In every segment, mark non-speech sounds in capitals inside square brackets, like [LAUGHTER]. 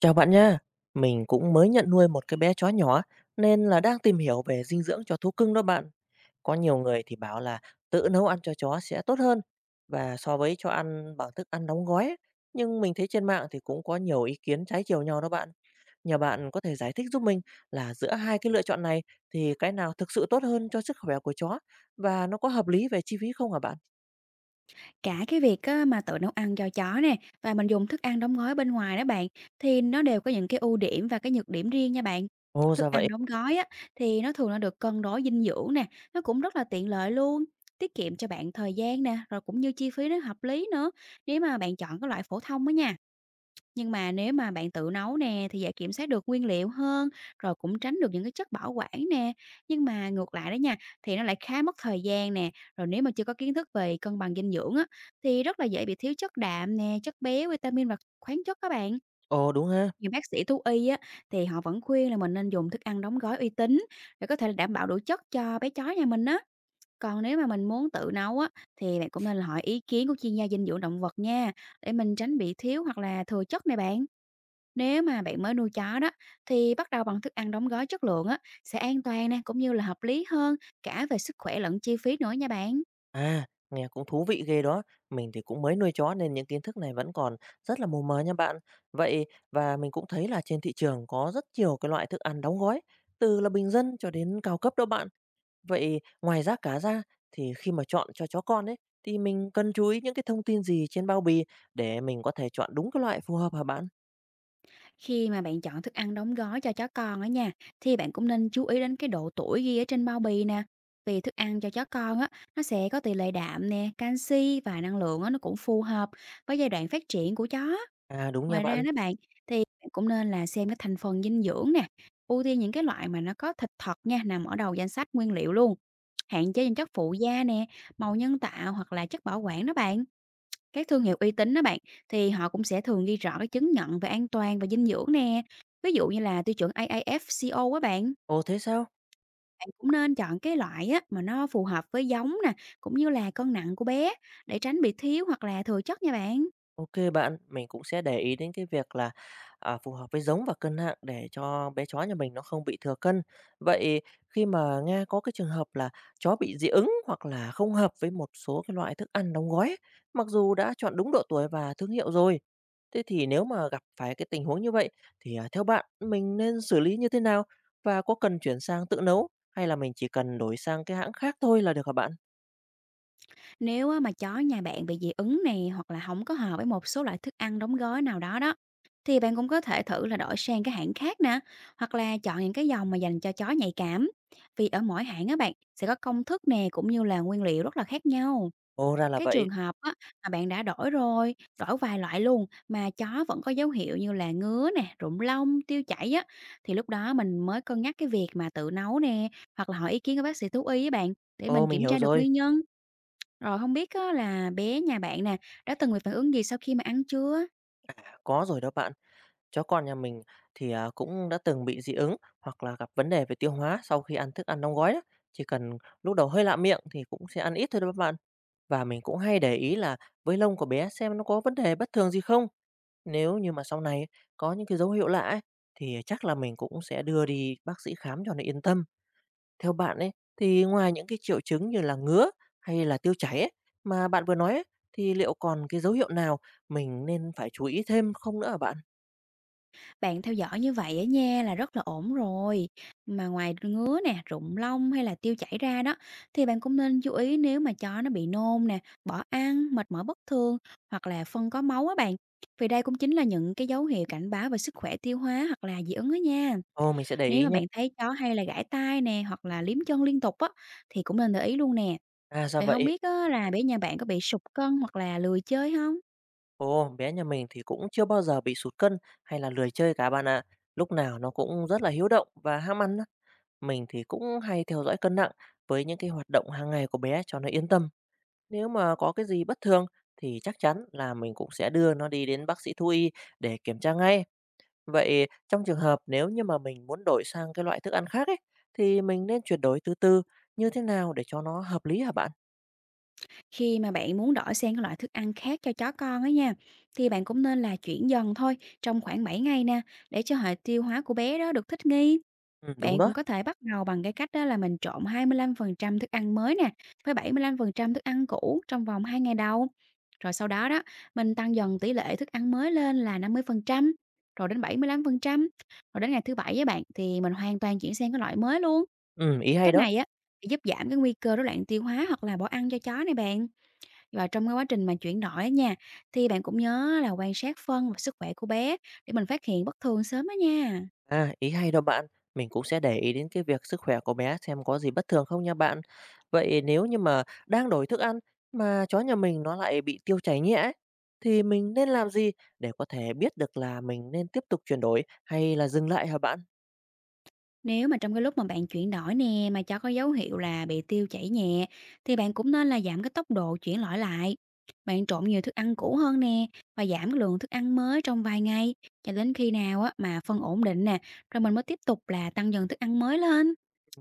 Chào bạn nha, mình cũng mới nhận nuôi một cái bé chó nhỏ nên là đang tìm hiểu về dinh dưỡng cho thú cưng đó bạn. Có nhiều người thì bảo là tự nấu ăn cho chó sẽ tốt hơn và so với cho ăn bằng thức ăn đóng gói ấy. Nhưng mình thấy trên mạng thì cũng có nhiều ý kiến trái chiều nhau đó bạn. Nhờ bạn có thể giải thích giúp mình là giữa hai cái lựa chọn này thì cái nào thực sự tốt hơn cho sức khỏe của chó và nó có hợp lý về chi phí không hả bạn? Cả cái việc á, mà tự nấu ăn cho chó nè, và mình dùng thức ăn đóng gói bên ngoài đó bạn, thì nó đều có những cái ưu điểm và cái nhược điểm riêng nha bạn. Ồ Thức ra vậy. ăn đóng gói á, thì nó thường là được cân đối dinh dưỡng nè, nó cũng rất là tiện lợi luôn, tiết kiệm cho bạn thời gian nè, rồi cũng như chi phí nó hợp lý nữa, nếu mà bạn chọn cái loại phổ thông á nha. Nhưng mà nếu mà bạn tự nấu nè thì dễ kiểm soát được nguyên liệu hơn, rồi cũng tránh được những cái chất bảo quản nè. Nhưng mà ngược lại đó nha, thì nó lại khá mất thời gian nè. Rồi nếu mà chưa có kiến thức về cân bằng dinh dưỡng á, thì rất là dễ bị thiếu chất đạm nè, chất béo, vitamin và khoáng chất các bạn. Ồ đúng ha. Nhiều bác sĩ thú y á, thì họ vẫn khuyên là mình nên dùng thức ăn đóng gói uy tín để có thể là đảm bảo đủ chất cho bé chó nhà mình á. Còn nếu mà mình muốn tự nấu á, thì bạn cũng nên là hỏi ý kiến của chuyên gia dinh dưỡng động vật nha, để mình tránh bị thiếu hoặc là thừa chất này bạn. Nếu mà bạn mới nuôi chó đó thì bắt đầu bằng thức ăn đóng gói chất lượng á sẽ an toàn nè cũng như là hợp lý hơn cả về sức khỏe lẫn chi phí nữa nha bạn. À, nghe cũng thú vị ghê đó. Mình thì cũng mới nuôi chó nên những kiến thức này vẫn còn rất là mù mờ nha bạn. Vậy và mình cũng thấy là trên thị trường có rất nhiều cái loại thức ăn đóng gói, từ là bình dân cho đến cao cấp đó bạn. Vậy ngoài giá cả ra thì khi mà chọn cho chó con ấy thì mình cần chú ý những cái thông tin gì trên bao bì để mình có thể chọn đúng cái loại phù hợp hả bạn? Khi mà bạn chọn thức ăn đóng gói cho chó con á nha, thì bạn cũng nên chú ý đến cái độ tuổi ghi ở trên bao bì nè. Vì thức ăn cho chó con á, nó sẽ có tỷ lệ đạm nè, canxi và năng lượng á, nó cũng phù hợp với giai đoạn phát triển của chó. À đúng nha Ngoài ra bạn. đó bạn, thì bạn cũng nên là xem cái thành phần dinh dưỡng nè, ưu tiên những cái loại mà nó có thịt thật nha, nằm ở đầu danh sách nguyên liệu luôn. Hạn chế những chất phụ da nè, màu nhân tạo hoặc là chất bảo quản đó bạn. Các thương hiệu uy tín đó bạn, thì họ cũng sẽ thường ghi rõ cái chứng nhận về an toàn và dinh dưỡng nè. Ví dụ như là tiêu chuẩn AAFCO á bạn, Ồ thế sao? bạn cũng nên chọn cái loại á mà nó phù hợp với giống nè, cũng như là cân nặng của bé để tránh bị thiếu hoặc là thừa chất nha bạn. OK, bạn, mình cũng sẽ để ý đến cái việc là, à, phù hợp với giống và cân nặng để cho bé chó nhà mình nó không bị thừa cân. Vậy khi mà nghe có cái trường hợp là chó bị dị ứng hoặc là không hợp với một số cái loại thức ăn đóng gói mặc dù đã chọn đúng độ tuổi và thương hiệu rồi, thế thì nếu mà gặp phải cái tình huống như vậy thì, à, theo bạn mình nên xử lý như thế nào? Và có cần chuyển sang tự nấu hay là mình chỉ cần đổi sang cái hãng khác thôi là được hả bạn? Nếu á, mà chó nhà bạn bị dị ứng nè hoặc là không có hợp với một số loại thức ăn đóng gói nào đó đó thì bạn cũng có thể thử là đổi sang cái hãng khác nè, hoặc là chọn những cái dòng mà dành cho chó nhạy cảm, vì ở mỗi hãng á bạn sẽ có công thức nè, cũng như là nguyên liệu rất là khác nhau. Ồ, ra là Cái vậy. trường hợp á mà bạn đã đổi rồi, đổi vài loại luôn mà chó vẫn có dấu hiệu như là ngứa nè, rụng lông, tiêu chảy á, thì lúc đó mình mới cân nhắc cái việc mà tự nấu nè, hoặc là hỏi ý kiến của bác sĩ thú y á bạn, để Ồ, mình mình kiểm hiểu tra được rồi, nguyên nhân. Rồi không biết á, là bé nhà bạn nè, đã từng bị phản ứng gì sau khi mà ăn chưa? có rồi đó bạn. Chó con nhà mình thì, à, cũng đã từng bị dị ứng hoặc là gặp vấn đề về tiêu hóa sau khi ăn thức ăn đóng gói á. Chỉ cần lúc đầu hơi lạ miệng thì cũng sẽ ăn ít thôi đó các bạn. Và mình cũng hay để ý là với lông của bé xem nó có vấn đề bất thường gì không. Nếu như mà sau này có những cái dấu hiệu lạ ấy, thì chắc là mình cũng sẽ đưa đi bác sĩ khám cho nó yên tâm. Theo bạn ấy, thì ngoài những cái triệu chứng như là ngứa hay là tiêu chảy ấy, mà bạn vừa nói ấy, thì liệu còn cái dấu hiệu nào mình nên phải chú ý thêm không nữa hả bạn? Bạn theo dõi như vậy á nha là rất là ổn rồi. Mà ngoài ngứa nè, rụng lông hay là tiêu chảy ra đó, thì bạn cũng nên chú ý nếu mà chó nó bị nôn nè, bỏ ăn, mệt mỏi bất thường hoặc là phân có máu á bạn. Vì đây cũng chính là những cái dấu hiệu cảnh báo về sức khỏe tiêu hóa hoặc là dị ứng á nha. Ồ, mình sẽ để Nếu ý mà nhé. bạn thấy chó hay là gãi tai nè, hoặc là liếm chân liên tục á, thì cũng nên để ý luôn nè. À, ra Vậy không vậy. biết á, là bé nhà bạn có bị sụt cân hoặc là lười chơi không? Ồ, bé nhà mình thì cũng chưa bao giờ bị sụt cân hay là lười chơi cả bạn ạ. Lúc nào nó cũng rất là hiếu động và ham ăn á. Mình thì cũng hay theo dõi cân nặng với những cái hoạt động hàng ngày của bé cho nó yên tâm. Nếu mà có cái gì bất thường thì chắc chắn là mình cũng sẽ đưa nó đi đến bác sĩ thú y để kiểm tra ngay. Vậy trong trường hợp nếu như mà mình muốn đổi sang cái loại thức ăn khác ấy thì mình nên chuyển đổi từ từ như thế nào để cho nó hợp lý hả bạn? Khi mà bạn muốn đổi sang các loại thức ăn khác cho chó con á nha, thì bạn cũng nên là chuyển dần thôi trong khoảng 7 ngày nè, để cho hệ tiêu hóa của bé đó được thích nghi. Ừ, đúng Bạn đó. cũng có thể bắt đầu bằng cái cách đó là mình trộn 25% thức ăn mới nè, với 75% thức ăn cũ trong vòng 2 ngày đầu. Rồi sau đó đó, mình tăng dần tỷ lệ thức ăn mới lên là 50%, rồi đến 75%. Rồi đến ngày thứ 7 với bạn thì mình hoàn toàn chuyển sang cái loại mới luôn. Ừ, ý hay Cách đó. này á, giúp giảm cái nguy cơ rối loạn tiêu hóa hoặc là bỏ ăn cho chó này bạn. Và trong cái quá trình mà chuyển đổi á nha, thì bạn cũng nhớ là quan sát phân và sức khỏe của bé, để mình phát hiện bất thường sớm đó nha. À, ý hay đó bạn. Mình cũng sẽ để ý đến cái việc sức khỏe của bé xem có gì bất thường không nha bạn. Vậy nếu như mà đang đổi thức ăn mà chó nhà mình nó lại bị tiêu chảy nhẹ ấy, thì mình nên làm gì để có thể biết được là mình nên tiếp tục chuyển đổi hay là dừng lại hả bạn? Nếu mà trong cái lúc mà bạn chuyển đổi nè mà cho có dấu hiệu là bị tiêu chảy nhẹ, thì bạn cũng nên là giảm cái tốc độ chuyển lõi lại. Bạn trộn nhiều thức ăn cũ hơn nè, và giảm cái lượng thức ăn mới trong vài ngày, cho đến khi nào á mà phân ổn định nè, rồi mình mới tiếp tục là tăng dần thức ăn mới lên.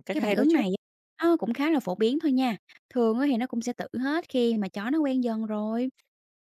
Cách Cái hay phản đó ứng chứ. này á, nó cũng khá là phổ biến thôi nha. Thường á thì nó cũng sẽ tự hết khi mà chó nó quen dần rồi.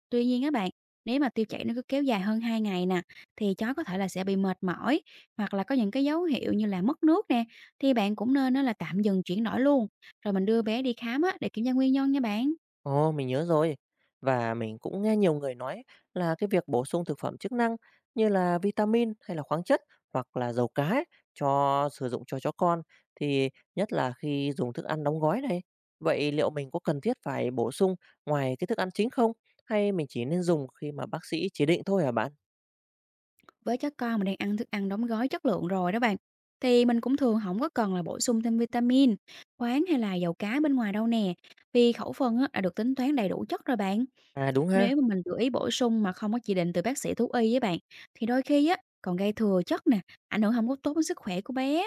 Tuy nhiên á bạn, nếu mà tiêu chảy nó cứ kéo dài hơn 2 ngày nè, thì chó có thể là sẽ bị mệt mỏi, hoặc là có những cái dấu hiệu như là mất nước nè, thì bạn cũng nên nó là tạm dừng chuyển đổi luôn. Rồi mình đưa bé đi khám á, để kiểm tra nguyên nhân nha bạn. Ồ, mình nhớ rồi. Và mình cũng nghe nhiều người nói là cái việc bổ sung thực phẩm chức năng như là vitamin hay là khoáng chất hoặc là dầu cá ấy, cho sử dụng cho chó con thì nhất là khi dùng thức ăn đóng gói này. Vậy liệu mình có cần thiết phải bổ sung ngoài cái thức ăn chính không? Hay mình chỉ nên dùng khi mà bác sĩ chỉ định thôi hả bạn? Với chó con mà đang ăn thức ăn đóng gói chất lượng rồi đó bạn, thì mình cũng thường không có cần là bổ sung thêm vitamin, khoáng hay là dầu cá bên ngoài đâu nè, vì khẩu phần á đã được tính toán đầy đủ chất rồi bạn. À đúng ha, Nếu mà mình tự ý bổ sung mà không có chỉ định từ bác sĩ thú y với bạn, thì đôi khi á, còn gây thừa chất nè, ảnh hưởng không có tốt đến sức khỏe của bé.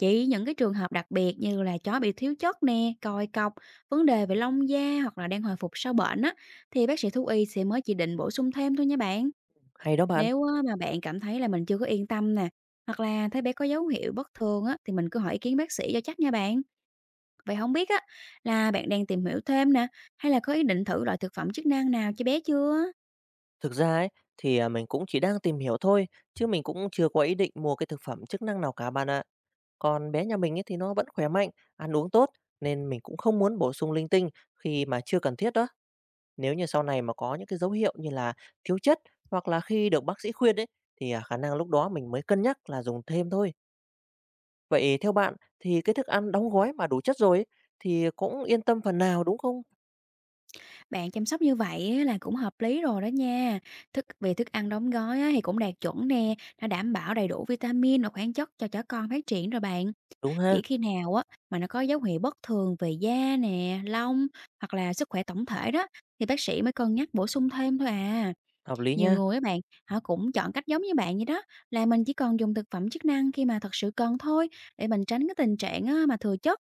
Chỉ những cái trường hợp đặc biệt như là chó bị thiếu chất nè, còi cọc, vấn đề về lông da hoặc là đang hồi phục sau bệnh á, thì bác sĩ thú y sẽ mới chỉ định bổ sung thêm thôi nha bạn. hay đó bạn. Nếu á mà bạn cảm thấy là mình chưa có yên tâm nè, hoặc là thấy bé có dấu hiệu bất thường á, thì mình cứ hỏi ý kiến bác sĩ cho chắc nha bạn. Vậy không biết á, là bạn đang tìm hiểu thêm nè, hay là có ý định thử loại thực phẩm chức năng nào cho bé chưa? Thực ra ấy thì à, mình cũng chỉ đang tìm hiểu thôi chứ mình cũng chưa có ý định mua cái thực phẩm chức năng nào cả bạn ạ. Còn bé nhà mình ấy thì nó vẫn khỏe mạnh, ăn uống tốt nên mình cũng không muốn bổ sung linh tinh khi mà chưa cần thiết đó. Nếu như sau này mà có những cái dấu hiệu như là thiếu chất hoặc là khi được bác sĩ khuyên ấy thì à, khả năng lúc đó mình mới cân nhắc là dùng thêm thôi. Vậy theo bạn thì cái thức ăn đóng gói mà đủ chất rồi ấy, thì cũng yên tâm phần nào đúng không? Bạn chăm sóc như vậy á là cũng hợp lý rồi đó nha. Thức về thức ăn đóng gói á thì cũng đạt chuẩn nè, nó đảm bảo đầy đủ vitamin và khoáng chất cho chó con phát triển rồi bạn. Đúng ha, Chỉ khi nào á mà nó có dấu hiệu bất thường về da nè, lông hoặc là sức khỏe tổng thể đó, thì bác sĩ mới cân nhắc bổ sung thêm thôi à. hợp lý Nhiều nha. người á bạn, họ cũng chọn cách giống như bạn vậy đó, là mình chỉ còn dùng thực phẩm chức năng khi mà thật sự cần thôi, để mình tránh cái tình trạng á mà thừa chất.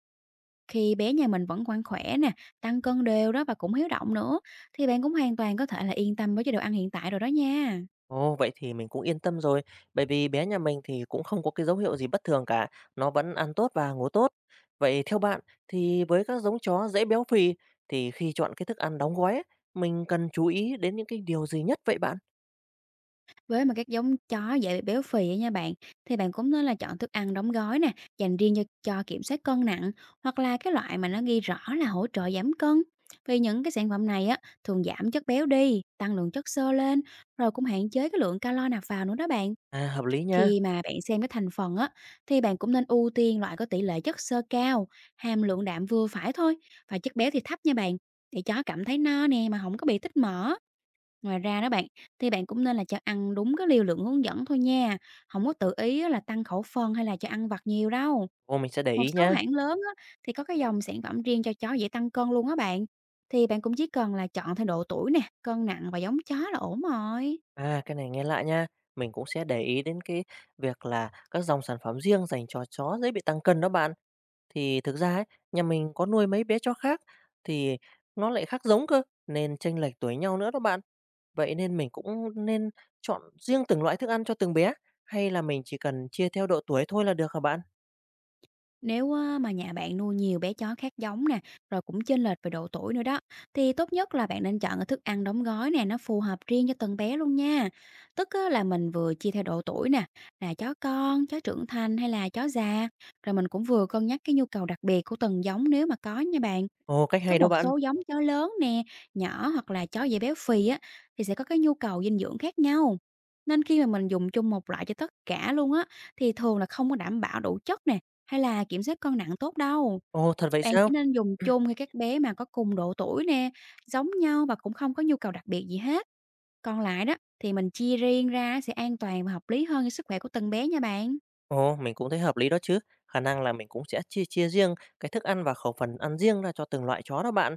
Khi bé nhà mình vẫn còn ăn khỏe nè, tăng cân đều đó và cũng hiếu động nữa, thì bạn cũng hoàn toàn có thể là yên tâm với chế độ ăn hiện tại rồi đó nha. Ồ, vậy thì mình cũng yên tâm rồi, bởi vì bé nhà mình thì cũng không có cái dấu hiệu gì bất thường cả, nó vẫn ăn tốt và ngủ tốt. Vậy theo bạn thì với các giống chó dễ béo phì thì khi chọn cái thức ăn đóng gói ấy, mình cần chú ý đến những cái điều gì nhất vậy bạn? Với mà các giống chó dễ bị béo phì á nha bạn, thì bạn cũng nên là chọn thức ăn đóng gói nè, dành riêng cho kiểm soát cân nặng, hoặc là cái loại mà nó ghi rõ là hỗ trợ giảm cân. Vì những cái sản phẩm này á thường giảm chất béo đi, tăng lượng chất xơ lên, rồi cũng hạn chế cái lượng calo nạp vào nữa đó bạn. À, hợp lý nha. Khi mà bạn xem cái thành phần á, thì bạn cũng nên ưu tiên loại có tỷ lệ chất xơ cao, hàm lượng đạm vừa phải thôi và chất béo thì thấp nha bạn, để chó cảm thấy no nè mà không có bị tích mỡ. Ngoài ra đó bạn, thì bạn cũng nên là cho ăn đúng cái liều lượng hướng dẫn thôi nha, không có tự ý á là tăng khẩu phần hay là cho ăn vặt nhiều đâu. Ồ, mình sẽ để Một ý số nha. hãng lớn á, thì có cái dòng sản phẩm riêng cho chó dễ tăng cân luôn á bạn. Thì bạn cũng chỉ cần là chọn theo độ tuổi nè, cân nặng và giống chó là ổn rồi. À, cái này nghe lạ nha. Mình cũng sẽ để ý đến cái việc là các dòng sản phẩm riêng dành cho chó dễ bị tăng cân đó bạn. Thì thực ra ấy, nhà mình có nuôi mấy bé chó khác thì nó lại khác giống cơ, nên chênh lệch tuổi nhau nữa đó bạn. Vậy nên mình cũng nên chọn riêng từng loại thức ăn cho từng bé, hay là mình chỉ cần chia theo độ tuổi thôi là được hả bạn? Nếu á, mà nhà bạn nuôi nhiều bé chó khác giống nè, rồi cũng chênh lệch về độ tuổi nữa đó, thì tốt nhất là bạn nên chọn cái thức ăn đóng gói nè, nó phù hợp riêng cho từng bé luôn nha. Tức á, là mình vừa chia theo độ tuổi nè, là chó con, chó trưởng thành hay là chó già, rồi mình cũng vừa cân nhắc cái nhu cầu đặc biệt của từng giống nếu mà có nha bạn. Ồ, cách Có hay đó một bạn. số giống chó lớn nè, nhỏ hoặc là chó dễ béo phì á, thì sẽ có cái nhu cầu dinh dưỡng khác nhau. Nên khi mà mình dùng chung một loại cho tất cả luôn á, thì thường là không có đảm bảo đủ chất nè, hay là kiểm soát cân nặng tốt đâu. Ồ, thật vậy Bạn sao? chỉ nên dùng [CLEARS THROAT] chung khi các bé mà có cùng độ tuổi nè, giống nhau và cũng không có nhu cầu đặc biệt gì hết. Còn lại đó thì mình chia riêng ra sẽ an toàn và hợp lý hơn cho sức khỏe của từng bé nha bạn. Ồ, mình cũng thấy hợp lý đó chứ. Khả năng là mình cũng sẽ chia chia riêng cái thức ăn và khẩu phần ăn riêng ra cho từng loại chó đó bạn.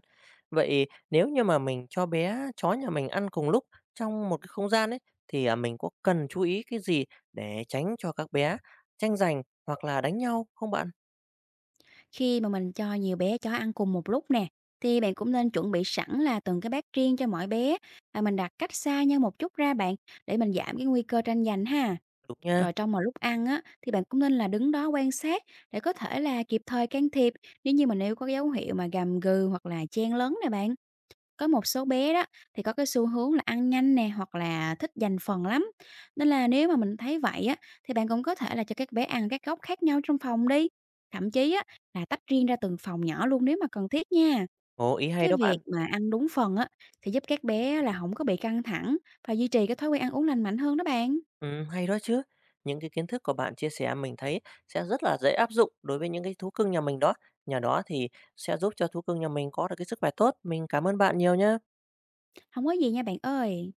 Vậy nếu như mà mình cho bé chó nhà mình ăn cùng lúc trong một cái không gian ấy, thì à, mình có cần chú ý cái gì để tránh cho các bé tranh giành hoặc là đánh nhau không bạn? Khi mà mình cho nhiều bé chó ăn cùng một lúc nè, thì bạn cũng nên chuẩn bị sẵn là từng cái bát riêng cho mỗi bé, và mình đặt cách xa nhau một chút ra bạn, để mình giảm cái nguy cơ tranh giành ha. Đúng nha. Rồi trong một lúc ăn á, thì bạn cũng nên là đứng đó quan sát để có thể là kịp thời can thiệp, nếu như mà nếu có dấu hiệu mà gầm gừ hoặc là chen lấn nè bạn. Có một số bé đó thì có cái xu hướng là ăn nhanh nè, hoặc là thích dành phần lắm. Nên là nếu mà mình thấy vậy á, thì bạn cũng có thể là cho các bé ăn các góc khác nhau trong phòng đi. Thậm chí á là tách riêng ra từng phòng nhỏ luôn nếu mà cần thiết nha. Ồ, ý hay Cái đó việc bạn. mà ăn đúng phần á thì giúp các bé là không có bị căng thẳng và duy trì cái thói quen ăn uống lành mạnh hơn đó bạn. Hay đó chứ. Những cái kiến thức của bạn chia sẻ mình thấy sẽ rất là dễ áp dụng đối với những cái thú cưng nhà mình đó. Nhờ đó thì sẽ giúp cho thú cưng nhà mình có được cái sức khỏe tốt. Mình cảm ơn bạn nhiều nhá. Không có gì nha bạn ơi.